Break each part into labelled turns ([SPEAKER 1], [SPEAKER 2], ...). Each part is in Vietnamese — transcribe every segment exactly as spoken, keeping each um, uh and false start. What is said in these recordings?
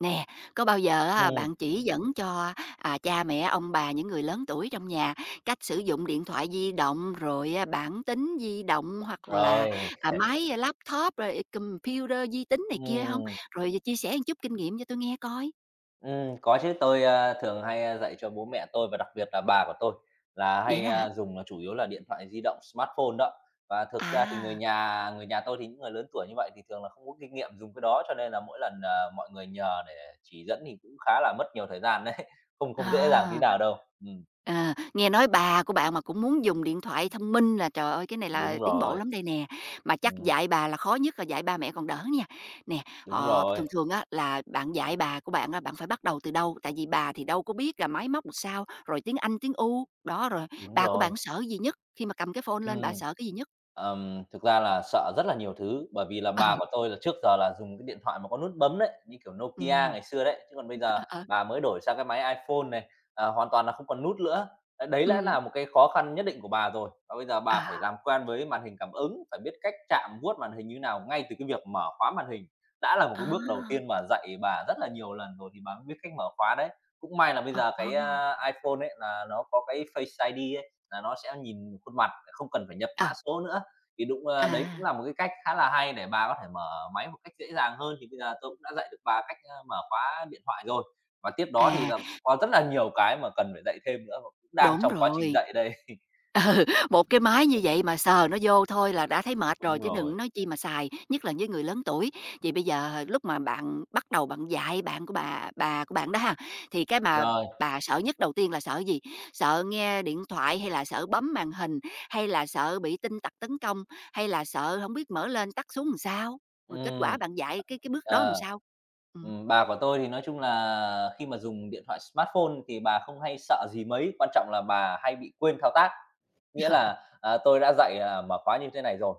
[SPEAKER 1] Nè, có bao giờ á,
[SPEAKER 2] Ừm,
[SPEAKER 1] bạn chỉ dẫn cho, à, cha mẹ, ông bà, những người lớn tuổi trong nhà cách sử dụng điện thoại di động, rồi, a, bảng tính di động hoặc là,
[SPEAKER 2] rồi.
[SPEAKER 1] à, máy à, laptop, rồi à, computer vi tính này kia không?
[SPEAKER 2] ừm,
[SPEAKER 1] Rồi à, chia sẻ một chút kinh nghiệm cho tôi nghe coi.
[SPEAKER 2] ừm, có chứ, tôi, a, thường hay, a, dạy cho bố mẹ tôi và đặc biệt là bà của tôi là
[SPEAKER 1] Vậy
[SPEAKER 2] hay,
[SPEAKER 1] đó hả?
[SPEAKER 2] a, dùng là chủ yếu là điện thoại di động smartphone đó. Và thực ra thì người
[SPEAKER 1] À,
[SPEAKER 2] nhà người nhà tôi thì những người lớn tuổi như vậy thì thường là không có kinh nghiệm dùng cái đó, cho nên là mỗi lần, ờ, mọi người nhờ để chỉ dẫn thì cũng khá là mất nhiều thời gian đấy, không không dễ dàng tí
[SPEAKER 1] à.
[SPEAKER 2] nào đâu. Ừm,
[SPEAKER 1] Ờ, nghe nói bà của bạn mà cũng muốn dùng điện thoại thông minh là, trời ơi, cái này là
[SPEAKER 2] đúng
[SPEAKER 1] tiến bộ
[SPEAKER 2] rồi,
[SPEAKER 1] lắm đây nè, mà chắc
[SPEAKER 2] ừm,
[SPEAKER 1] dạy bà là khó nhất là dạy ba mẹ còn đỡ nha. Nè,
[SPEAKER 2] đúng
[SPEAKER 1] ờ,
[SPEAKER 2] rồi,
[SPEAKER 1] thường thường á là bạn dạy bà của bạn á, bạn phải bắt đầu từ đâu? Tại vì bà thì đâu có biết là máy móc làm sao, rồi tiếng Anh, tiếng U, đó, rồi
[SPEAKER 2] đúng
[SPEAKER 1] bà của
[SPEAKER 2] rồi,
[SPEAKER 1] bạn sợ gì nhất? Khi mà cầm cái phone lên bà
[SPEAKER 2] ừm.
[SPEAKER 1] sợ cái gì nhất?
[SPEAKER 2] Ờm, thực ra là sợ rất là nhiều thứ, bởi vì là bà của tôi là trước giờ là dùng cái điện thoại mà có nút bấm đấy, như kiểu
[SPEAKER 1] Ừ,
[SPEAKER 2] Nokia ngày xưa đấy, chứ còn bây
[SPEAKER 1] ừ.
[SPEAKER 2] giờ
[SPEAKER 1] Ờ, ờ.
[SPEAKER 2] bà mới đổi sang cái máy iPhone này, ờ, hoàn toàn là không còn nút nữa. Đấy, đấy lẽ
[SPEAKER 1] Ừ.
[SPEAKER 2] là một cái khó khăn nhất định của bà rồi, và bây giờ
[SPEAKER 1] Ờ,
[SPEAKER 2] bà phải làm quen với màn hình cảm ứng, phải biết cách chạm vuốt màn hình như nào ngay từ cái việc mở khóa màn hình, đã là một
[SPEAKER 1] ờ.
[SPEAKER 2] cái
[SPEAKER 1] Ừm.
[SPEAKER 2] bước đầu
[SPEAKER 1] À,
[SPEAKER 2] tiên
[SPEAKER 1] à.
[SPEAKER 2] mà dạy bà rất là nhiều lần rồi thì bà mới biết cách mở khóa đấy. Cũng may là bây
[SPEAKER 1] Ờ,
[SPEAKER 2] giờ
[SPEAKER 1] ờ,
[SPEAKER 2] cái, a, iPhone ấy là nó có cái Face ai đi ấy, là nó sẽ nhìn khuôn mặt, không cần phải nhập
[SPEAKER 1] ờ.
[SPEAKER 2] mã số nữa. Thì đúng, a, đấy cũng
[SPEAKER 1] À,
[SPEAKER 2] là một cái cách khá là hay để bà có thể mở máy một cách dễ dàng hơn, thì bây giờ tôi cũng đã dạy được bà cách, a, mở khóa điện thoại rồi. Và tiếp đó thì
[SPEAKER 1] à.
[SPEAKER 2] là có rất là nhiều cái mà cần phải dạy thêm nữa và cũng đang
[SPEAKER 1] Đúng
[SPEAKER 2] trong quá trình
[SPEAKER 1] rồi.
[SPEAKER 2] dạy đây.
[SPEAKER 1] Một cái máy như vậy mà sờ nó vô thôi là đã thấy mệt rồi
[SPEAKER 2] Đúng
[SPEAKER 1] chứ đừng
[SPEAKER 2] rồi.
[SPEAKER 1] nói chi mà xài, nhất là với người lớn tuổi. Vậy bây giờ lúc mà bạn bắt đầu bạn dạy bạn của bà bà của bạn đó ha, thì cái mà
[SPEAKER 2] Rồi,
[SPEAKER 1] bà sợ nhất đầu tiên là sợ gì? Sợ nghe điện thoại hay là sợ bấm màn hình, hay là sợ bị tin tặc tấn công, hay là sợ không biết mở lên tắt xuống làm sao? Rồi kết quả
[SPEAKER 2] ừm.
[SPEAKER 1] bạn dạy cái cái bước đó làm
[SPEAKER 2] Ờ.
[SPEAKER 1] sao? Ừm.
[SPEAKER 2] Ừm, bà của tôi thì nói chung là khi mà dùng điện thoại smartphone thì bà không hay sợ gì mấy, quan trọng là bà hay bị quên thao tác. Nghĩa là, à, tôi đã dạy, à, mở khóa như thế này rồi,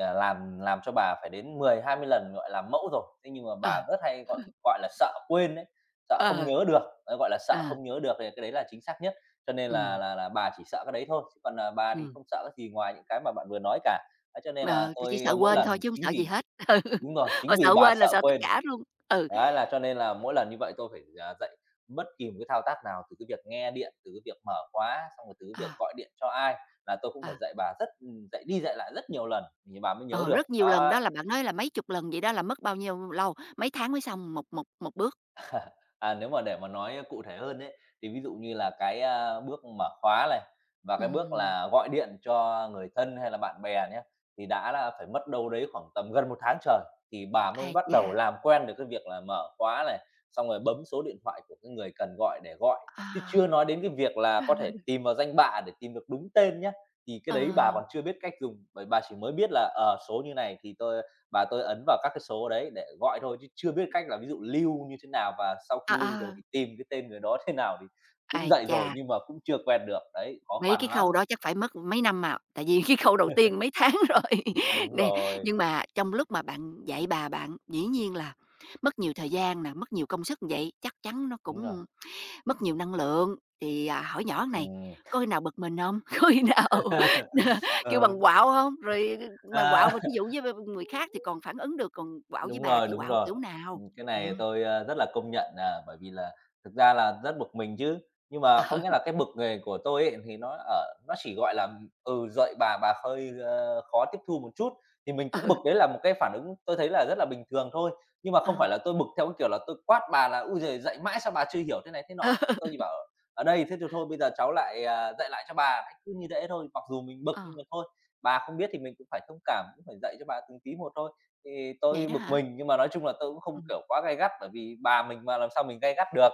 [SPEAKER 2] à, làm làm cho bà phải đến mười hai mươi lần, gọi là, mẫu rồi, thế nhưng mà
[SPEAKER 1] Ờ.
[SPEAKER 2] bà rất hay, gọi gọi là, sợ quên ấy, sợ
[SPEAKER 1] Ờ.
[SPEAKER 2] không
[SPEAKER 1] Ờ.
[SPEAKER 2] nhớ được, đấy, gọi là, sợ
[SPEAKER 1] Ờ.
[SPEAKER 2] không nhớ được thì cái đấy là chính xác nhất. Cho nên là
[SPEAKER 1] Ừm,
[SPEAKER 2] là là bà chỉ sợ cái đấy thôi, chứ còn, à, bà thì
[SPEAKER 1] ừm.
[SPEAKER 2] không sợ cái gì ngoài những cái mà bạn vừa nói cả. Ấy, cho nên là
[SPEAKER 1] Ờ, tui chỉ
[SPEAKER 2] tôi,
[SPEAKER 1] sợ
[SPEAKER 2] a, mỗi
[SPEAKER 1] quên thôi
[SPEAKER 2] lần
[SPEAKER 1] chứ hông
[SPEAKER 2] chính
[SPEAKER 1] sợ gì
[SPEAKER 2] vì
[SPEAKER 1] hết. Ừ,
[SPEAKER 2] Đúng rồi,
[SPEAKER 1] mà
[SPEAKER 2] chính vì
[SPEAKER 1] sợ
[SPEAKER 2] bà
[SPEAKER 1] quên là
[SPEAKER 2] sợ
[SPEAKER 1] sợ tất
[SPEAKER 2] quên.
[SPEAKER 1] cả luôn. Ừ.
[SPEAKER 2] Đấy, là cho nên là mỗi lần như vậy tôi phải, à, dạy bất kỳ một cái thao tác nào, từ cái việc nghe điện, từ cái việc mở khóa, xong rồi từ cái việc
[SPEAKER 1] à,
[SPEAKER 2] gọi điện cho ai là tôi cũng phải
[SPEAKER 1] à,
[SPEAKER 2] dạy bà rất ừ, dạy đi dạy lại rất nhiều lần thì bà mới nhớ
[SPEAKER 1] ờ,
[SPEAKER 2] được.
[SPEAKER 1] Rất nhiều lần
[SPEAKER 2] Đó.
[SPEAKER 1] đó là bạn nói là mấy chục lần vậy đó là mất bao nhiêu lâu? Mấy tháng mới xong một một một bước?
[SPEAKER 2] À, nếu mà để mà nói cụ thể hơn ấy, thì ví dụ như là cái, a, bước mở khóa này, và cái bước
[SPEAKER 1] Ừm,
[SPEAKER 2] là gọi điện cho người thân hay là bạn bè nhé thì đã là phải mất đâu đấy khoảng tầm gần một tháng trời, thì bà mới
[SPEAKER 1] ái
[SPEAKER 2] bắt
[SPEAKER 1] chà.
[SPEAKER 2] đầu làm quen được cái việc là mở khóa này, xong rồi bấm số điện thoại của cái người cần gọi để gọi. Chứ
[SPEAKER 1] à,
[SPEAKER 2] chưa nói đến cái việc là có thể tìm vào danh bạ để tìm được đúng tên nhé thì cái đấy bà
[SPEAKER 1] ờ,
[SPEAKER 2] còn chưa biết cách dùng, bởi bà chỉ mới biết là, ở số như này thì tôi và tôi ấn vào các cái số đấy để gọi thôi chứ chưa biết cách là ví dụ lưu như thế nào và sau
[SPEAKER 1] ờ,
[SPEAKER 2] khi lưu
[SPEAKER 1] ờ,
[SPEAKER 2] rồi thì tìm cái tên người đó thế nào thì cũng
[SPEAKER 1] ái
[SPEAKER 2] dậy rồi
[SPEAKER 1] chà,
[SPEAKER 2] nhưng mà cũng chưa quen được, đấy, khó
[SPEAKER 1] mấy cái
[SPEAKER 2] khăn lắm.
[SPEAKER 1] khâu đó chắc phải mất mấy năm à, tại vì cái khâu đầu tiên mấy tháng rồi.
[SPEAKER 2] Đúng
[SPEAKER 1] Nè,
[SPEAKER 2] rồi,
[SPEAKER 1] nhưng mà trong lúc mà bạn dạy bà bạn, dĩ nhiên là mất nhiều thời gian nè, mất nhiều công sức vậy, chắc chắn nó
[SPEAKER 2] đúng rồi.
[SPEAKER 1] cũng mất nhiều năng lượng, thì, à, hỏi nhỏ này:
[SPEAKER 2] Ừm.
[SPEAKER 1] "Có khi nào bực mình không? Có khi nào, kêu
[SPEAKER 2] Ờ,
[SPEAKER 1] bằng quạo không? Rồi ờ, mà quạo
[SPEAKER 2] à.
[SPEAKER 1] mà thí dụ với người khác thì còn phản ứng được, còn quạo với
[SPEAKER 2] Đúng
[SPEAKER 1] bà
[SPEAKER 2] rồi,
[SPEAKER 1] thì
[SPEAKER 2] đúng
[SPEAKER 1] quạo
[SPEAKER 2] rồi.
[SPEAKER 1] kiểu nào?
[SPEAKER 2] Ừm, cái này
[SPEAKER 1] Ừm.
[SPEAKER 2] tôi, a, rất là công nhận, à, bởi vì là thực ra là rất bực mình chứ. Nhưng mà có
[SPEAKER 1] Ừ,
[SPEAKER 2] nghĩa là cái bực nghề của tôi ấy, thì nó ở nó chỉ, gọi là, ừ, "Dậy bà bà hơi, ơ, khó tiếp thu một chút." Thì mình
[SPEAKER 1] ừ.
[SPEAKER 2] cũng bực, đấy là một cái phản ứng tôi thấy là rất là bình thường thôi. Nhưng mà
[SPEAKER 1] Ờ.
[SPEAKER 2] không phải là tôi bực theo cái kiểu là tôi quát bà là ui giời, dạy mãi sao bà chưa hiểu?" thế này thế nọ. Tôi chỉ bảo: "Ở đây, thế thì thôi bây giờ cháu lại, à, dạy lại cho bà." Đấy, cứ như thế thôi, mặc dù mình bực
[SPEAKER 1] ờ,
[SPEAKER 2] nhưng mà thôi, bà không biết thì mình cũng phải thông cảm, cũng phải dạy cho bà từng tí một thôi. Thì
[SPEAKER 1] Vậy
[SPEAKER 2] tôi
[SPEAKER 1] đó
[SPEAKER 2] bực
[SPEAKER 1] hả?
[SPEAKER 2] mình, nhưng mà nói chung là tôi cũng không,
[SPEAKER 1] Ừm.
[SPEAKER 2] kiểu, quá gay gắt, bởi vì bà mình mà làm sao mình gay gắt được.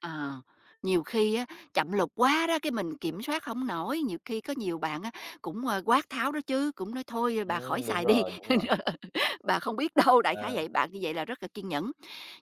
[SPEAKER 1] ờ, Nhiều khi á, chậm lục quá đó, cái mình kiểm soát không nổi, nhiều khi có nhiều bạn á cũng, ờ, quát tháo đó chứ, cũng nói: "Thôi bà khỏi
[SPEAKER 2] Ừm, đúng
[SPEAKER 1] xài đi,
[SPEAKER 2] rồi, đúng rồi.
[SPEAKER 1] bà không biết đâu." Đại khái vậy,
[SPEAKER 2] À,
[SPEAKER 1] bạn như vậy là rất là kiên nhẫn.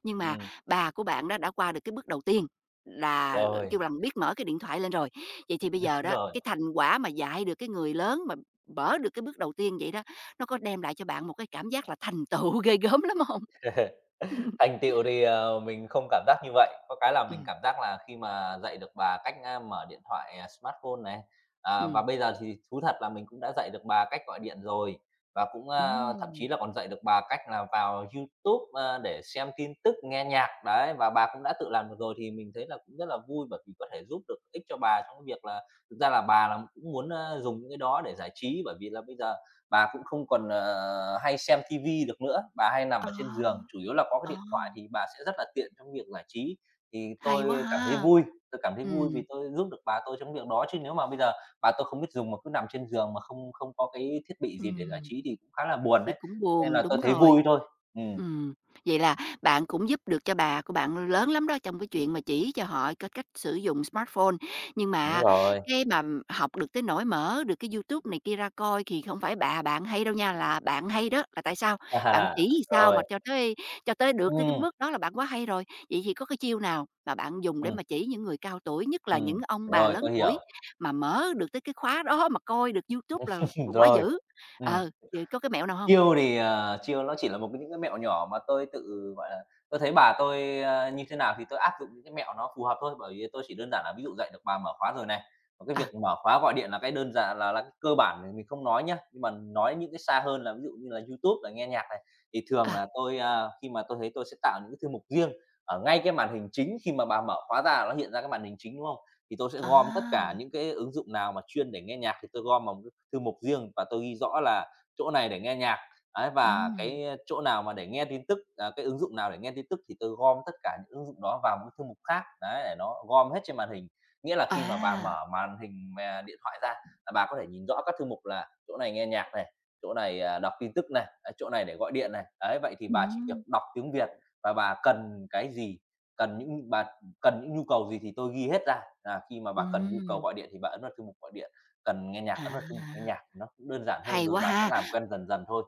[SPEAKER 1] Nhưng mà
[SPEAKER 2] ừm,
[SPEAKER 1] bà của bạn đó đã qua được cái bước đầu tiên là, ờ,
[SPEAKER 2] rồi,
[SPEAKER 1] kêu bằng, biết mở cái điện thoại lên rồi. Vậy thì bây giờ
[SPEAKER 2] đúng
[SPEAKER 1] đó,
[SPEAKER 2] rồi.
[SPEAKER 1] cái thành quả mà dạy được cái người lớn mà mở được cái bước đầu tiên vậy đó, nó có đem lại cho bạn một cái cảm giác là thành tựu ghê gớm lắm không?
[SPEAKER 2] Thành tựu thì, ờ, mình không cảm giác như vậy, có cái là mình
[SPEAKER 1] Ừ,
[SPEAKER 2] cảm giác là khi mà dạy được bà cách, a, mở điện thoại, à, smartphone này, à, và
[SPEAKER 1] ừ,
[SPEAKER 2] bây giờ thì thú thật là mình cũng đã dạy được bà cách gọi điện rồi, và cũng, a, thậm chí
[SPEAKER 1] ừ.
[SPEAKER 2] là còn dạy được bà cách là vào YouTube, a, để xem tin tức, nghe nhạc, đấy, và bà cũng đã tự làm được rồi thì mình thấy là cũng rất là vui bởi vì có thể giúp được ích cho bà trong cái việc là thực ra là bà là cũng muốn, a, dùng những cái đó để giải trí bởi vì là bây giờ bà cũng không còn, ờ, hay xem ti được nữa, bà hay nằm
[SPEAKER 1] Ờ,
[SPEAKER 2] ở trên giường, chủ yếu là có cái
[SPEAKER 1] ờ,
[SPEAKER 2] điện thoại thì bà sẽ rất là tiện trong việc giải trí. Thì
[SPEAKER 1] hay quá
[SPEAKER 2] tôi cảm thấy
[SPEAKER 1] ha!
[SPEAKER 2] vui, tôi cảm thấy vui vì
[SPEAKER 1] Ừ,
[SPEAKER 2] tôi giúp được bà tôi trong việc đó, chứ nếu mà bây giờ bà tôi không biết dùng mà cứ nằm trên giường mà không không có cái thiết bị
[SPEAKER 1] ừ,
[SPEAKER 2] gì để giải trí thì cũng khá là buồn
[SPEAKER 1] thì
[SPEAKER 2] đấy,
[SPEAKER 1] cũng
[SPEAKER 2] nên
[SPEAKER 1] buồn,
[SPEAKER 2] là tôi
[SPEAKER 1] đúng
[SPEAKER 2] thấy
[SPEAKER 1] rồi.
[SPEAKER 2] vui thôi. Ừm,
[SPEAKER 1] Ừm, vậy là bạn cũng giúp được cho bà của bạn lớn lắm đó, trong cái chuyện mà chỉ cho họ cái cách sử dụng smartphone. Nhưng
[SPEAKER 2] đúng
[SPEAKER 1] mà
[SPEAKER 2] rồi.
[SPEAKER 1] cái mà m- học được tới nỗi mở được cái YouTube này kia ra coi thì không phải bà bạn hay đâu nha, là bạn hay đó. Là tại sao? Bạn
[SPEAKER 2] À,
[SPEAKER 1] chỉ làm sao
[SPEAKER 2] rồi.
[SPEAKER 1] mà cho tới cho tới được tới cái
[SPEAKER 2] Ừm,
[SPEAKER 1] bước đó là bạn quá hay rồi. Vậy thì có cái chiêu nào mà bạn dùng để
[SPEAKER 2] ừm,
[SPEAKER 1] mà chỉ những người cao tuổi, nhất là
[SPEAKER 2] ừm,
[SPEAKER 1] những ông bà
[SPEAKER 2] rồi,
[SPEAKER 1] lớn
[SPEAKER 2] tôi
[SPEAKER 1] tuổi
[SPEAKER 2] hiểu.
[SPEAKER 1] mà mở được tới cái khóa đó mà coi được YouTube là quá
[SPEAKER 2] Rồi,
[SPEAKER 1] dữ.
[SPEAKER 2] ừm.
[SPEAKER 1] Ờ, thì có cái mẹo nào không?
[SPEAKER 2] Chiêu thì, ờ, chill nó chỉ là một cái những cái mẹo nhỏ mà tôi tự, gọi là, tôi thấy bà tôi, a, như thế nào thì tôi áp dụng những cái mẹo nó phù hợp thôi, bởi vì tôi chỉ đơn giản là ví dụ dạy được bà mở khóa rồi này, còn cái
[SPEAKER 1] Ờ,
[SPEAKER 2] việc mở khóa gọi điện là cái đơn giản là là cái cơ bản thì mình không nói nhá, nhưng mà nói những cái xa hơn là ví dụ như là YouTube là nghe nhạc này, thì thường
[SPEAKER 1] ờ,
[SPEAKER 2] là tôi, a, khi mà tôi thấy tôi sẽ tạo những cái thư mục riêng ở ngay cái màn hình chính khi mà bà mở khóa ra là nó hiện ra cái màn hình chính, đúng không? Thì tôi sẽ gom tất
[SPEAKER 1] à.
[SPEAKER 2] cả những cái ứng dụng nào mà chuyên để nghe nhạc thì tôi gom vào một cái thư mục riêng và tôi ghi rõ là chỗ này để nghe nhạc, ấy, và
[SPEAKER 1] Ừm,
[SPEAKER 2] cái chỗ nào mà để nghe tin tức, à, cái ứng dụng nào để nghe tin tức thì tôi gom tất cả những ứng dụng đó vào một cái thư mục khác, đấy, để nó gom hết trên màn hình. Nghĩa là khi mà bà
[SPEAKER 1] à.
[SPEAKER 2] mở màn hình mà điện thoại ra là bà có thể nhìn rõ các thư mục là chỗ này nghe nhạc này, chỗ này, à, đọc tin tức này, à, chỗ này để gọi điện này. Đấy, vậy thì bà chỉ việc
[SPEAKER 1] Ừm,
[SPEAKER 2] đọc tiếng Việt và bà cần cái gì, cần những bà cần những nhu cầu gì thì tôi ghi hết ra, là khi mà bà cần nhu cầu
[SPEAKER 1] ừm.
[SPEAKER 2] gọi điện thì bà ấn vào thư mục gọi điện cần nghe nhạc,
[SPEAKER 1] À,
[SPEAKER 2] ấn vào chung nghe nhạc thì nó cũng đơn giản hơn
[SPEAKER 1] hay
[SPEAKER 2] rồi
[SPEAKER 1] quá
[SPEAKER 2] bà sẽ
[SPEAKER 1] ha!
[SPEAKER 2] làm quen dần dần thôi.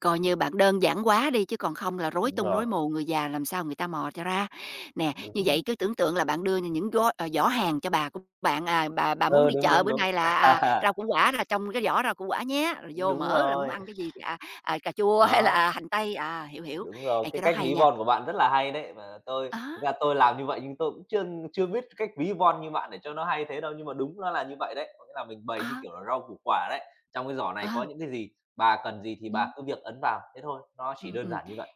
[SPEAKER 1] Coi như bạn đơn giản quá đi chứ còn không là rối
[SPEAKER 2] Đúng
[SPEAKER 1] tung
[SPEAKER 2] rồi,
[SPEAKER 1] rối mù, người già làm sao người ta mò cho ra. Nè, như vậy
[SPEAKER 2] đúng
[SPEAKER 1] cứ tưởng tượng là bạn đưa những gói ờ, giỏ hàng cho bà của bạn, à, bà bà muốn
[SPEAKER 2] ừ,
[SPEAKER 1] đi
[SPEAKER 2] đúng,
[SPEAKER 1] chợ
[SPEAKER 2] đúng,
[SPEAKER 1] bữa
[SPEAKER 2] đúng.
[SPEAKER 1] nay là, à,
[SPEAKER 2] À,
[SPEAKER 1] rau củ quả là trong cái giỏ rau củ quả nhé, rồi vô
[SPEAKER 2] đúng
[SPEAKER 1] mở là muốn
[SPEAKER 2] rồi,
[SPEAKER 1] ăn cái gì thì, à, à, cà chua hay
[SPEAKER 2] đó,
[SPEAKER 1] là hành tây, à, hiểu, hiểu.
[SPEAKER 2] đúng rồi,
[SPEAKER 1] Ê, cái
[SPEAKER 2] cái
[SPEAKER 1] đó
[SPEAKER 2] cách
[SPEAKER 1] hay
[SPEAKER 2] ví
[SPEAKER 1] nha.
[SPEAKER 2] von của bạn rất là hay đấy, mà tôi
[SPEAKER 1] Á.
[SPEAKER 2] thực ra tôi làm như vậy nhưng tôi cũng chưa chưa biết cách ví von như bạn để cho nó hay thế đâu, nhưng mà đúng nó là như vậy đấy, có nghĩa là mình bày
[SPEAKER 1] Ờ,
[SPEAKER 2] như kiểu là rau củ quả đấy, trong cái giỏ này
[SPEAKER 1] ờ.
[SPEAKER 2] có những cái gì, bà cần gì thì bà
[SPEAKER 1] Ừm,
[SPEAKER 2] cứ việc ấn vào, thế thôi, nó chỉ
[SPEAKER 1] ừm,
[SPEAKER 2] đơn
[SPEAKER 1] ừm.
[SPEAKER 2] giản như vậy.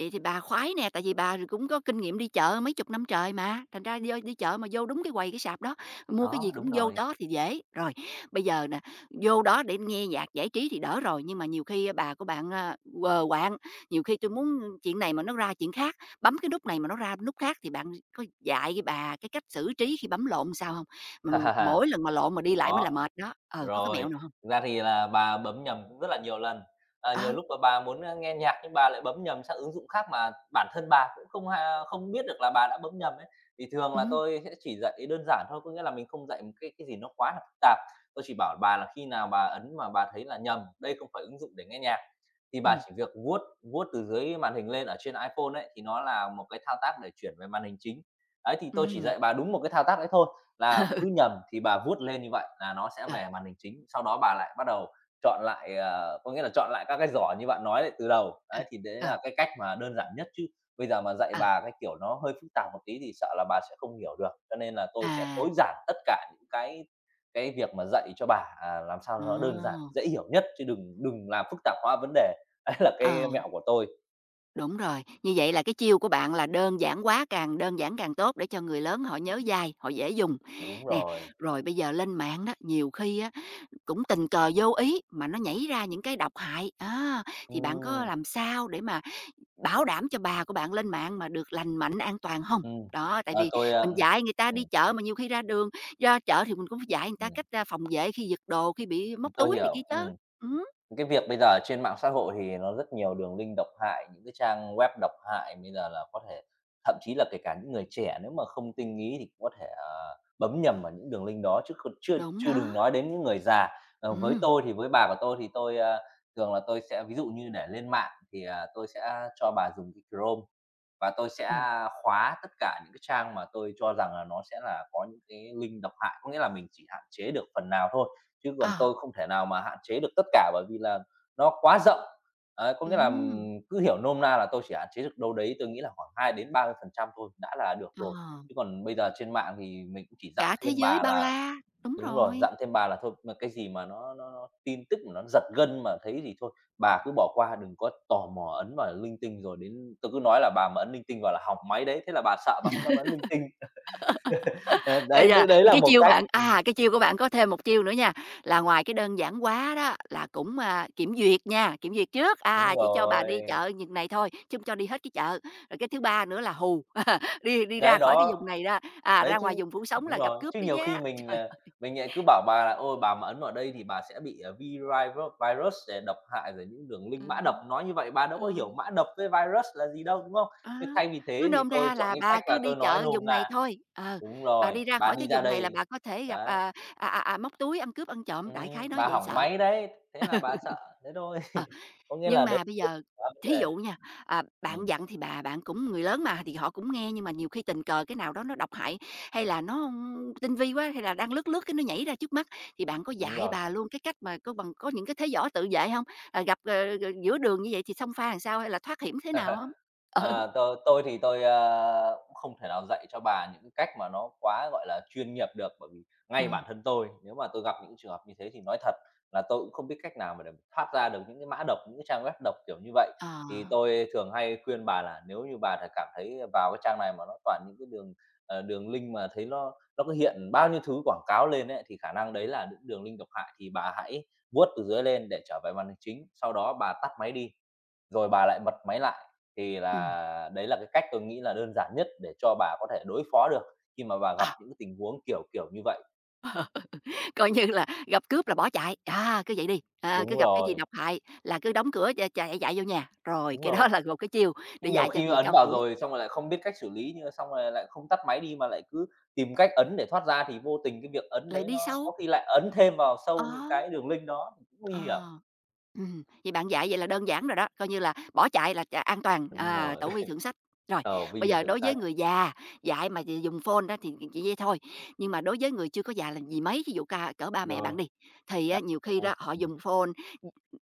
[SPEAKER 1] Vậy thì bà khoái nè, tại vì bà cũng có kinh nghiệm đi chợ mấy chục năm trời mà, thành ra vô đi chợ mà vô đúng cái quầy, cái sạp đó, mua cái
[SPEAKER 2] Đó,
[SPEAKER 1] gì cũng
[SPEAKER 2] đúng
[SPEAKER 1] vô
[SPEAKER 2] rồi.
[SPEAKER 1] đó thì dễ. Rồi, bây giờ nè, vô đó để nghe nhạc giải trí thì đỡ rồi, nhưng mà nhiều khi bà của bạn, a, quờ quạng, nhiều khi tôi muốn chuyện này mà nó ra chuyện khác, bấm cái nút này mà nó ra nút khác thì bạn có dạy cái bà cái cách xử trí khi bấm lộn sao không? Ừm, mỗi lần mà lộn mà đi lại mới là
[SPEAKER 2] Đó.
[SPEAKER 1] mệt đó. Ờ, có cái
[SPEAKER 2] Rồi,
[SPEAKER 1] mẹo nào không?
[SPEAKER 2] thực ra thì là bà bấm nhầm cũng rất là nhiều lần. Ờ, nhiều
[SPEAKER 1] Ờ,
[SPEAKER 2] lúc mà bà muốn, a, nghe nhạc nhưng bà lại bấm nhầm sang ứng dụng khác mà bản thân bà cũng không ha không biết được là bà đã bấm nhầm ấy. Thì thường
[SPEAKER 1] ừ,
[SPEAKER 2] là tôi sẽ chỉ dạy đơn giản thôi, có nghĩa là mình không dạy một cái cái gì nó quá là phức tạp. Tôi chỉ bảo bà là khi nào bà ấn mà bà thấy là nhầm, đây không phải ứng dụng để nghe nhạc, thì bà
[SPEAKER 1] ừ,
[SPEAKER 2] chỉ việc vuốt vuốt từ dưới màn hình lên ở trên iPhone ấy, thì nó là một cái thao tác để chuyển về màn hình chính. Đấy, thì tôi chỉ
[SPEAKER 1] ừm.
[SPEAKER 2] dạy bà đúng một cái thao tác đấy thôi. Là cứ nhầm thì bà vuốt lên như vậy là nó sẽ
[SPEAKER 1] Ờ,
[SPEAKER 2] về màn hình chính, sau đó bà lại bắt đầu chọn lại, ờ, có nghĩa là chọn lại các cái giỏ như bạn nói lại từ đầu. Đấy, thì đấy
[SPEAKER 1] ờ,
[SPEAKER 2] là cái cách mà đơn giản nhất, chứ bây giờ mà dạy
[SPEAKER 1] ờ, ờ,
[SPEAKER 2] bà cái kiểu nó hơi phức tạp một tí thì sợ là bà sẽ không hiểu được. Cho nên là tôi sẽ
[SPEAKER 1] à.
[SPEAKER 2] tối giản tất cả những cái cái việc mà dạy cho bà, à, làm sao
[SPEAKER 1] Ờ,
[SPEAKER 2] nó đơn giản, dễ hiểu nhất chứ đừng đừng làm phức tạp hóa vấn đề. Đấy là
[SPEAKER 1] ờ,
[SPEAKER 2] cái mẹo của tôi.
[SPEAKER 1] đúng rồi. Như vậy là cái chiêu của bạn là đơn giản quá, càng đơn giản càng tốt để cho người lớn họ nhớ dai, họ dễ dùng.
[SPEAKER 2] Đúng
[SPEAKER 1] Nè,
[SPEAKER 2] rồi.
[SPEAKER 1] rồi bây giờ lên mạng đó, nhiều khi á, cũng tình cờ vô ý mà nó nhảy ra những cái độc hại. À, thì bạn có
[SPEAKER 2] Ừm,
[SPEAKER 1] làm sao để mà bảo đảm cho bà của bạn lên mạng mà được lành mạnh, an toàn không?
[SPEAKER 2] ừm.
[SPEAKER 1] Đó, tại
[SPEAKER 2] Ờ,
[SPEAKER 1] vì
[SPEAKER 2] tôi,
[SPEAKER 1] mình
[SPEAKER 2] ờm
[SPEAKER 1] dạy người ta đi
[SPEAKER 2] ừm,
[SPEAKER 1] chợ mà nhiều khi ra đường, ra chợ thì mình cũng phải dạy người ta cách ra phòng vệ khi giật đồ, khi bị
[SPEAKER 2] ừm,
[SPEAKER 1] móc
[SPEAKER 2] tôi
[SPEAKER 1] túi này
[SPEAKER 2] hiểu,
[SPEAKER 1] kia chứ?
[SPEAKER 2] ừm.
[SPEAKER 1] Ừm,
[SPEAKER 2] Cái việc bây giờ trên mạng xã hội thì nó rất nhiều đường link độc hại, những cái trang web độc hại, bây giờ là có thể thậm chí là kể cả những người trẻ nếu mà không tinh ý thì cũng có thể, ờ, bấm nhầm vào những đường link đó chứ còn chưa
[SPEAKER 1] đúng
[SPEAKER 2] chưa đừng
[SPEAKER 1] đó.
[SPEAKER 2] nói đến những người già. Ờ, với
[SPEAKER 1] Ừm,
[SPEAKER 2] tôi thì với bà của tôi thì tôi, a, thường là tôi sẽ ví dụ như để lên mạng thì, à, tôi sẽ cho bà dùng cái Chrome và tôi sẽ
[SPEAKER 1] ừm,
[SPEAKER 2] khóa tất cả những cái trang mà tôi cho rằng là nó sẽ là có những cái link độc hại, có nghĩa là mình chỉ hạn chế được phần nào thôi chứ còn
[SPEAKER 1] ờ.
[SPEAKER 2] tôi không thể nào mà hạn chế được tất cả bởi vì là nó quá rộng. Ấy, có nghĩa là,
[SPEAKER 1] Ừm.
[SPEAKER 2] ừm, cứ hiểu nôm na là tôi chỉ hạn chế được đâu đấy, tôi nghĩ là khoảng hai đến ba mươi phần trăm thôi đã là được
[SPEAKER 1] ờ,
[SPEAKER 2] rồi. Chứ còn bây giờ trên mạng thì mình cũng chỉ dặn
[SPEAKER 1] Cả thế
[SPEAKER 2] thêm
[SPEAKER 1] giới
[SPEAKER 2] bà
[SPEAKER 1] bao
[SPEAKER 2] là
[SPEAKER 1] la, đúng
[SPEAKER 2] đúng rồi,
[SPEAKER 1] rồi.
[SPEAKER 2] dặn thêm bà là thôi mà cái gì mà nó nó nó tin tức mà nó giật gân mà thấy thì thôi, bà cứ bỏ qua đừng có tò mò ấn vào linh tinh rồi đến tôi cứ nói là bà mà ấn linh tinh vào là hỏng máy đấy, thế là bà sợ bà không dám ấn linh tinh. Ờ,
[SPEAKER 1] Ờ,
[SPEAKER 2] đấy,
[SPEAKER 1] yeah,
[SPEAKER 2] đấy đấy
[SPEAKER 1] thì
[SPEAKER 2] là
[SPEAKER 1] cái
[SPEAKER 2] một
[SPEAKER 1] chiêu
[SPEAKER 2] cách.
[SPEAKER 1] bạn
[SPEAKER 2] Ừm,
[SPEAKER 1] à, cái chiêu của bạn có thêm một chiêu nữa nha, là ngoài cái đơn giản hóa đó là cũng, à, kiểm duyệt nha, kiểm duyệt trước,
[SPEAKER 2] đúng
[SPEAKER 1] à, chỉ cho bà
[SPEAKER 2] rồi.
[SPEAKER 1] đi chợ vần này thôi, chứ hông cho đi hết cái chợ. Rồi cái thứ ba nữa là hù, đi đi
[SPEAKER 2] Đấy,
[SPEAKER 1] ra khỏi cái
[SPEAKER 2] đó.
[SPEAKER 1] vùng này ra, à,
[SPEAKER 2] Đấy
[SPEAKER 1] ra ngoài
[SPEAKER 2] chứ
[SPEAKER 1] vùng phủ sóng
[SPEAKER 2] đúng
[SPEAKER 1] là gặp
[SPEAKER 2] rồi,
[SPEAKER 1] cướp
[SPEAKER 2] chứ
[SPEAKER 1] đấy
[SPEAKER 2] nhiều khi
[SPEAKER 1] nhé.
[SPEAKER 2] mình,
[SPEAKER 1] Trời
[SPEAKER 2] ờ,
[SPEAKER 1] ơi!
[SPEAKER 2] mình lại cứ bảo bà là "Ôi, bà mà ấn vào đây thì bà sẽ bị, ờ, vi virus để độc hại rồi những đường link mã độc."
[SPEAKER 1] Ừm,
[SPEAKER 2] Nói như vậy bà đâu có
[SPEAKER 1] ờ.
[SPEAKER 2] hiểu mã độc với virus là gì đâu, đúng không?
[SPEAKER 1] Ờ,
[SPEAKER 2] Thế thay vì
[SPEAKER 1] Cứ
[SPEAKER 2] thế thì
[SPEAKER 1] nôm
[SPEAKER 2] tôi
[SPEAKER 1] ra
[SPEAKER 2] chọn
[SPEAKER 1] là
[SPEAKER 2] cái cách
[SPEAKER 1] bà cứ
[SPEAKER 2] là
[SPEAKER 1] đi
[SPEAKER 2] tôi nói
[SPEAKER 1] chợ
[SPEAKER 2] lùm
[SPEAKER 1] vùng này
[SPEAKER 2] là
[SPEAKER 1] thôi. ờ,
[SPEAKER 2] "Đúng
[SPEAKER 1] bà
[SPEAKER 2] rồi,
[SPEAKER 1] đi ra
[SPEAKER 2] bà
[SPEAKER 1] khỏi
[SPEAKER 2] đi
[SPEAKER 1] cái
[SPEAKER 2] ra
[SPEAKER 1] vùng này là
[SPEAKER 2] đây."
[SPEAKER 1] bà có thể gặp,
[SPEAKER 2] Đấy,
[SPEAKER 1] à, à, à, à, móc túi, ăn cướp, ăn trộm, đại khái
[SPEAKER 2] ừm,
[SPEAKER 1] nói
[SPEAKER 2] "Bà
[SPEAKER 1] vậy
[SPEAKER 2] hỏng
[SPEAKER 1] sợ.
[SPEAKER 2] máy đấy." Thế là bà sợ, thế thôi.
[SPEAKER 1] Ờ,
[SPEAKER 2] Có nghĩa
[SPEAKER 1] nhưng
[SPEAKER 2] là đấy
[SPEAKER 1] mà bây giờ
[SPEAKER 2] quá vấn
[SPEAKER 1] thí
[SPEAKER 2] đề.
[SPEAKER 1] dụ nha, à, bạn
[SPEAKER 2] Ừm,
[SPEAKER 1] dặn thì bà bạn cũng người lớn mà, thì họ cũng nghe, nhưng mà nhiều khi tình cờ cái nào đó nó độc hại, hay là nó, tinh vi quá, hay là đang lướt lướt cái nó nhảy ra trước mắt, thì bạn có
[SPEAKER 2] đúng
[SPEAKER 1] dạy
[SPEAKER 2] rồi.
[SPEAKER 1] bà luôn cái cách mà có bằng có những cái thế võ tự vệ không? Ờ, gặp, ờ, ờ, giữa đường như vậy thì xông pha làm sao, hay là thoát hiểm thế nào hông? Ừ.
[SPEAKER 2] Ờ, tôi tôi thì tôi, ơ, cũng không thể nào dạy cho bà những cái cách mà nó quá, gọi là, chuyên nghiệp được, bởi vì ngay bản thân tôi, nếu mà tôi gặp những trường hợp như thế thì nói thật là tôi cũng không biết cách nào mà để thoát ra được những cái mã độc, những cái trang web độc kiểu như vậy.
[SPEAKER 1] Ờ.
[SPEAKER 2] Thì tôi thường hay khuyên bà là nếu như bà th cảm thấy vào cái trang này mà nó toàn những cái đường, ờ, đường link mà thấy nó nó cứ hiện bao nhiêu thứ quảng cáo lên ấy, thì khả năng đấy là những đường link độc hại thì bà hãy vuốt từ dưới lên để trở về màn hình chính, sau đó bà tắt máy đi. Rồi bà lại bật máy lại, thì
[SPEAKER 1] Ừm.
[SPEAKER 2] là đấy là cái cách tôi nghĩ là đơn giản nhất để cho bà có thể đối phó được khi mà bà gặp
[SPEAKER 1] à,
[SPEAKER 2] những cái tình huống kiểu kiểu như vậy.
[SPEAKER 1] Coi như là gặp cướp là bỏ chạy, à, cứ vậy đi, à, cứ
[SPEAKER 2] Đúng
[SPEAKER 1] gặp cái gì
[SPEAKER 2] rồi,
[SPEAKER 1] độc hại là cứ đóng cửa chạy chạy chạy vô nhà, rồi
[SPEAKER 2] đúng
[SPEAKER 1] cái
[SPEAKER 2] rồi.
[SPEAKER 1] đó là một cái chiêu để
[SPEAKER 2] Chứ nhiều
[SPEAKER 1] dạy cho
[SPEAKER 2] khi
[SPEAKER 1] người
[SPEAKER 2] ấn
[SPEAKER 1] cao
[SPEAKER 2] vào
[SPEAKER 1] tuổi,
[SPEAKER 2] rồi xong rồi lại không biết cách xử lý, nhưng mà xong rồi lại không tắt máy đi mà lại cứ tìm cách ấn để thoát ra thì vô tình cái việc ấn
[SPEAKER 1] lại
[SPEAKER 2] đấy
[SPEAKER 1] đi
[SPEAKER 2] nó có
[SPEAKER 1] sâu.
[SPEAKER 2] khi lại ấn thêm vào
[SPEAKER 1] Ờ,
[SPEAKER 2] sâu những cái đường link đó thì cũng nguy
[SPEAKER 1] ờ.
[SPEAKER 2] hiểm.
[SPEAKER 1] Ừm, vậy bạn dạy vậy là đơn giản rồi đó, coi như là bỏ chạy là ch an toàn,
[SPEAKER 2] Đúng
[SPEAKER 1] à,
[SPEAKER 2] rồi,
[SPEAKER 1] tử vi thượng sách. Rồi,
[SPEAKER 2] tờ vi
[SPEAKER 1] bây
[SPEAKER 2] là
[SPEAKER 1] giờ
[SPEAKER 2] thượng
[SPEAKER 1] đối với
[SPEAKER 2] sách.
[SPEAKER 1] người già, dạy mà d dùng phone đó thì chỉ vậy thôi, nhưng mà đối với người chưa có già là gì mấy, ví dụ ca cỡ ba mẹ
[SPEAKER 2] Rồi,
[SPEAKER 1] bạn đi, thì á nhiều khi
[SPEAKER 2] ôi,
[SPEAKER 1] đó họ
[SPEAKER 2] ừ
[SPEAKER 1] dùng phone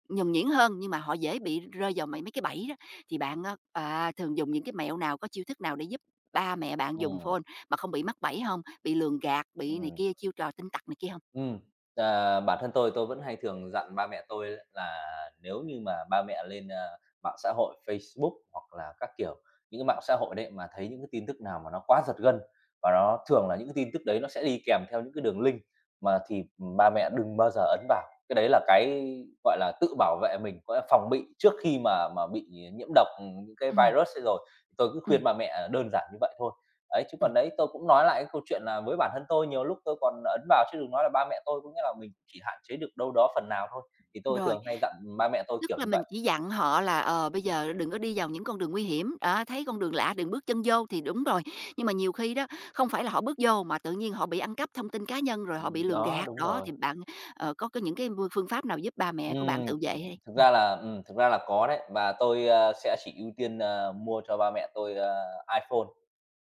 [SPEAKER 1] nhuần nhuyễn hơn, nhưng mà họ dễ bị rơi vào mấy mấy cái bẫy đó, thì bạn á, à, thường dùng những cái mẹo nào, có chiêu thức nào để giúp ba mẹ bạn dùng
[SPEAKER 2] ừm,
[SPEAKER 1] phone mà không bị mắc bẫy không? Bị lường gạt, bị này
[SPEAKER 2] ừm.
[SPEAKER 1] kia, chiêu trò tinh tặc này kia không?
[SPEAKER 2] Ừm, ờ, Bản thân tôi, tôi vẫn hay thường dặn ba mẹ tôi ấy là nếu như mà ba mẹ lên, a, mạng xã hội Facebook hoặc là các kiểu, những cái mạng xã hội đấy mà thấy những cái tin tức nào mà nó quá giật gân và nó thường là những cái tin tức đấy nó sẽ đi kèm theo những cái đường link mà thì, ba mẹ đừng bao giờ ấn vào. Cái đấy là cái, gọi là, tự bảo vệ mình, gọi là, phòng bị trước khi mà mà bị nhiễm độc, những cái
[SPEAKER 1] Ừm,
[SPEAKER 2] virus ấy rồi. Tôi cứ
[SPEAKER 1] ừm.
[SPEAKER 2] khuyên ba mẹ đơn giản như vậy thôi. Đấy, chứ
[SPEAKER 1] Ừm,
[SPEAKER 2] còn đấy, tôi cũng nói lại cái câu chuyện là với bản thân tôi nhiều lúc tôi còn ấn vào chứ đừng nói là ba mẹ tôi, có nghĩa là mình chỉ hạn chế được đâu đó phần nào thôi, thì tôi
[SPEAKER 1] rồi.
[SPEAKER 2] thường hay dặn ba mẹ tôi
[SPEAKER 1] Tức
[SPEAKER 2] kiểu
[SPEAKER 1] là
[SPEAKER 2] như
[SPEAKER 1] mình
[SPEAKER 2] vậy.
[SPEAKER 1] chỉ dặn họ là, ờ, bây giờ đừng có đi vào những con đường nguy hiểm, đó, thấy con đường lạ đừng bước chân vô thì đúng rồi. Nhưng mà nhiều khi đó, không phải là họ bước vô mà tự nhiên họ bị ăn cắp thông tin cá nhân, rồi họ bị
[SPEAKER 2] Ừm,
[SPEAKER 1] lường
[SPEAKER 2] đó,
[SPEAKER 1] gạt,
[SPEAKER 2] đúng
[SPEAKER 1] đó,
[SPEAKER 2] rồi.
[SPEAKER 1] thì bạn, ờ, có có những cái phương phương pháp nào giúp ba mẹ của bạn
[SPEAKER 2] Ừm,
[SPEAKER 1] tự vệ hay?
[SPEAKER 2] thực
[SPEAKER 1] Ừm.
[SPEAKER 2] ra là, ừm, thực ra là có đấy, và tôi, ơ, sẽ chỉ ưu tiên, ờ, mua cho ba mẹ tôi, ơ, iPhone.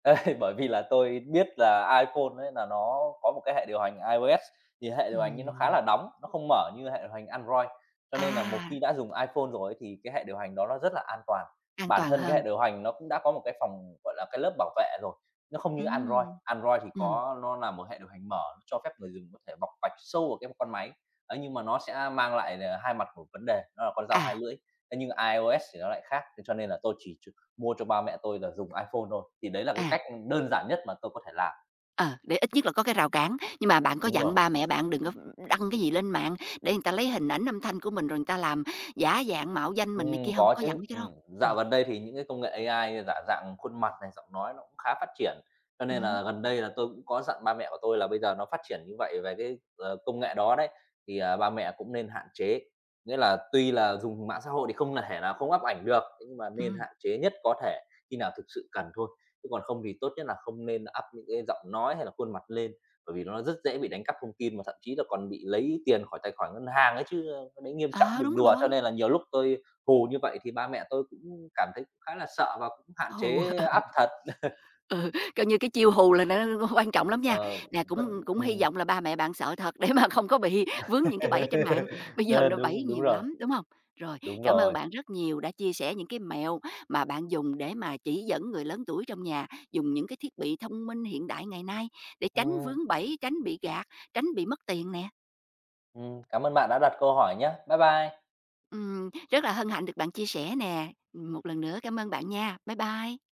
[SPEAKER 2] Đấy, bởi vì là tôi biết là iPhone ấy là nó có một cái hệ điều hành iOS, thì hệ điều hành ấy nó khá
[SPEAKER 1] Ừm.
[SPEAKER 2] là đóng, nó không mở như hệ điều hành Android. Cho nên là một
[SPEAKER 1] À,
[SPEAKER 2] khi đã dùng iPhone rồi ấy, thì cái hệ điều hành đó nó rất là an toàn.
[SPEAKER 1] an
[SPEAKER 2] Bản
[SPEAKER 1] toàn
[SPEAKER 2] thân cái
[SPEAKER 1] hơn.
[SPEAKER 2] hệ điều hành nó cũng đã có một cái phòng, gọi là, cái lớp bảo vệ rồi, nó không như Android.
[SPEAKER 1] Ừm,
[SPEAKER 2] Android thì
[SPEAKER 1] ừm.
[SPEAKER 2] có nó là một hệ điều hành mở, cho phép người dùng có thể bọc vạch sâu vào cái con máy. Ấy, nhưng mà nó sẽ mang lại là hai mặt của vấn đề, nó là con dao hai
[SPEAKER 1] À,
[SPEAKER 2] lưỡi. Thế nhưng iOS thì nó lại khác, thế cho nên là tôi chỉ ch mua cho ba mẹ tôi là dùng iPhone thôi, thì đấy là cái
[SPEAKER 1] à.
[SPEAKER 2] cách đơn giản nhất mà tôi có thể làm.
[SPEAKER 1] ờ, để ít nhất là có cái rào cản. Nhưng mà bạn có
[SPEAKER 2] Đúng
[SPEAKER 1] dặn
[SPEAKER 2] rồi.
[SPEAKER 1] ba mẹ bạn đừng có đăng cái gì lên mạng để người ta lấy hình ảnh, âm thanh của mình rồi người ta làm giả dạng mạo danh mình này kia
[SPEAKER 2] Ừm,
[SPEAKER 1] không?
[SPEAKER 2] có
[SPEAKER 1] Có
[SPEAKER 2] chứ.
[SPEAKER 1] dặn mấy cái đó không?
[SPEAKER 2] Ừm, dạo gần đây thì những cái công nghệ a i như giả dạng khuôn mặt này, giọng nói nó cũng khá phát triển, cho nên
[SPEAKER 1] Ừm,
[SPEAKER 2] là gần đây là tôi cũng có dặn ba mẹ của tôi là bây giờ nó phát triển như vậy về cái, ờ, công nghệ đó đấy, thì, à, ba mẹ cũng nên hạn chế. Nghĩa là tuy là dùng mạng xã hội thì không thể nào không up ảnh được, thế nhưng mà nên
[SPEAKER 1] ừm.
[SPEAKER 2] hạn chế nhất có thể, khi nào thực sự cần thôi, chứ còn không thì tốt nhất là không nên up những cái giọng nói hay là khuôn mặt lên, bởi vì nó rất dễ bị đánh cắp thông tin, mà thậm chí là còn bị lấy tiền khỏi tài khoản ngân hàng ấy chứ, ờ, cái đấy nghiêm trọng,
[SPEAKER 1] Ờ,
[SPEAKER 2] đừng
[SPEAKER 1] đúng
[SPEAKER 2] đùa. Cho
[SPEAKER 1] rồi.
[SPEAKER 2] nên là nhiều lúc tôi cù như vậy thì ba mẹ tôi cũng cảm thấy cũng khá là sợ và cũng hạn
[SPEAKER 1] Hù.
[SPEAKER 2] chế áp thật.
[SPEAKER 1] ừ, Coi như cái chiêu hù là nó quan trọng lắm nha.
[SPEAKER 2] Ờ,
[SPEAKER 1] Nè, cũng
[SPEAKER 2] vẫn
[SPEAKER 1] cũng hy
[SPEAKER 2] ừm.
[SPEAKER 1] vọng là ba mẹ bạn sợ thật để mà không có bị vướng những cái bẫy trên mạng, bây giờ
[SPEAKER 2] Ờ,
[SPEAKER 1] nó bẫy
[SPEAKER 2] đúng, đúng
[SPEAKER 1] nhiều
[SPEAKER 2] rồi,
[SPEAKER 1] lắm, đúng hông? Rồi,
[SPEAKER 2] đúng
[SPEAKER 1] cảm ơn
[SPEAKER 2] rồi.
[SPEAKER 1] bạn rất nhiều đã chia sẻ những cái mẹo mà bạn dùng để mà chỉ dẫn người lớn tuổi trong nhà dùng những cái thiết bị thông minh hiện đại ngày nay để tránh
[SPEAKER 2] Ừm,
[SPEAKER 1] vướng bẫy, tránh bị gạt, tránh bị mất tiền nè.
[SPEAKER 2] ừm, Cảm ơn bạn đã đặt câu hỏi nhé. Bye bye.
[SPEAKER 1] Ừm, rất là hân hạnh được bạn chia sẻ nè. Một lần nữa cảm ơn bạn nha. Bye bye.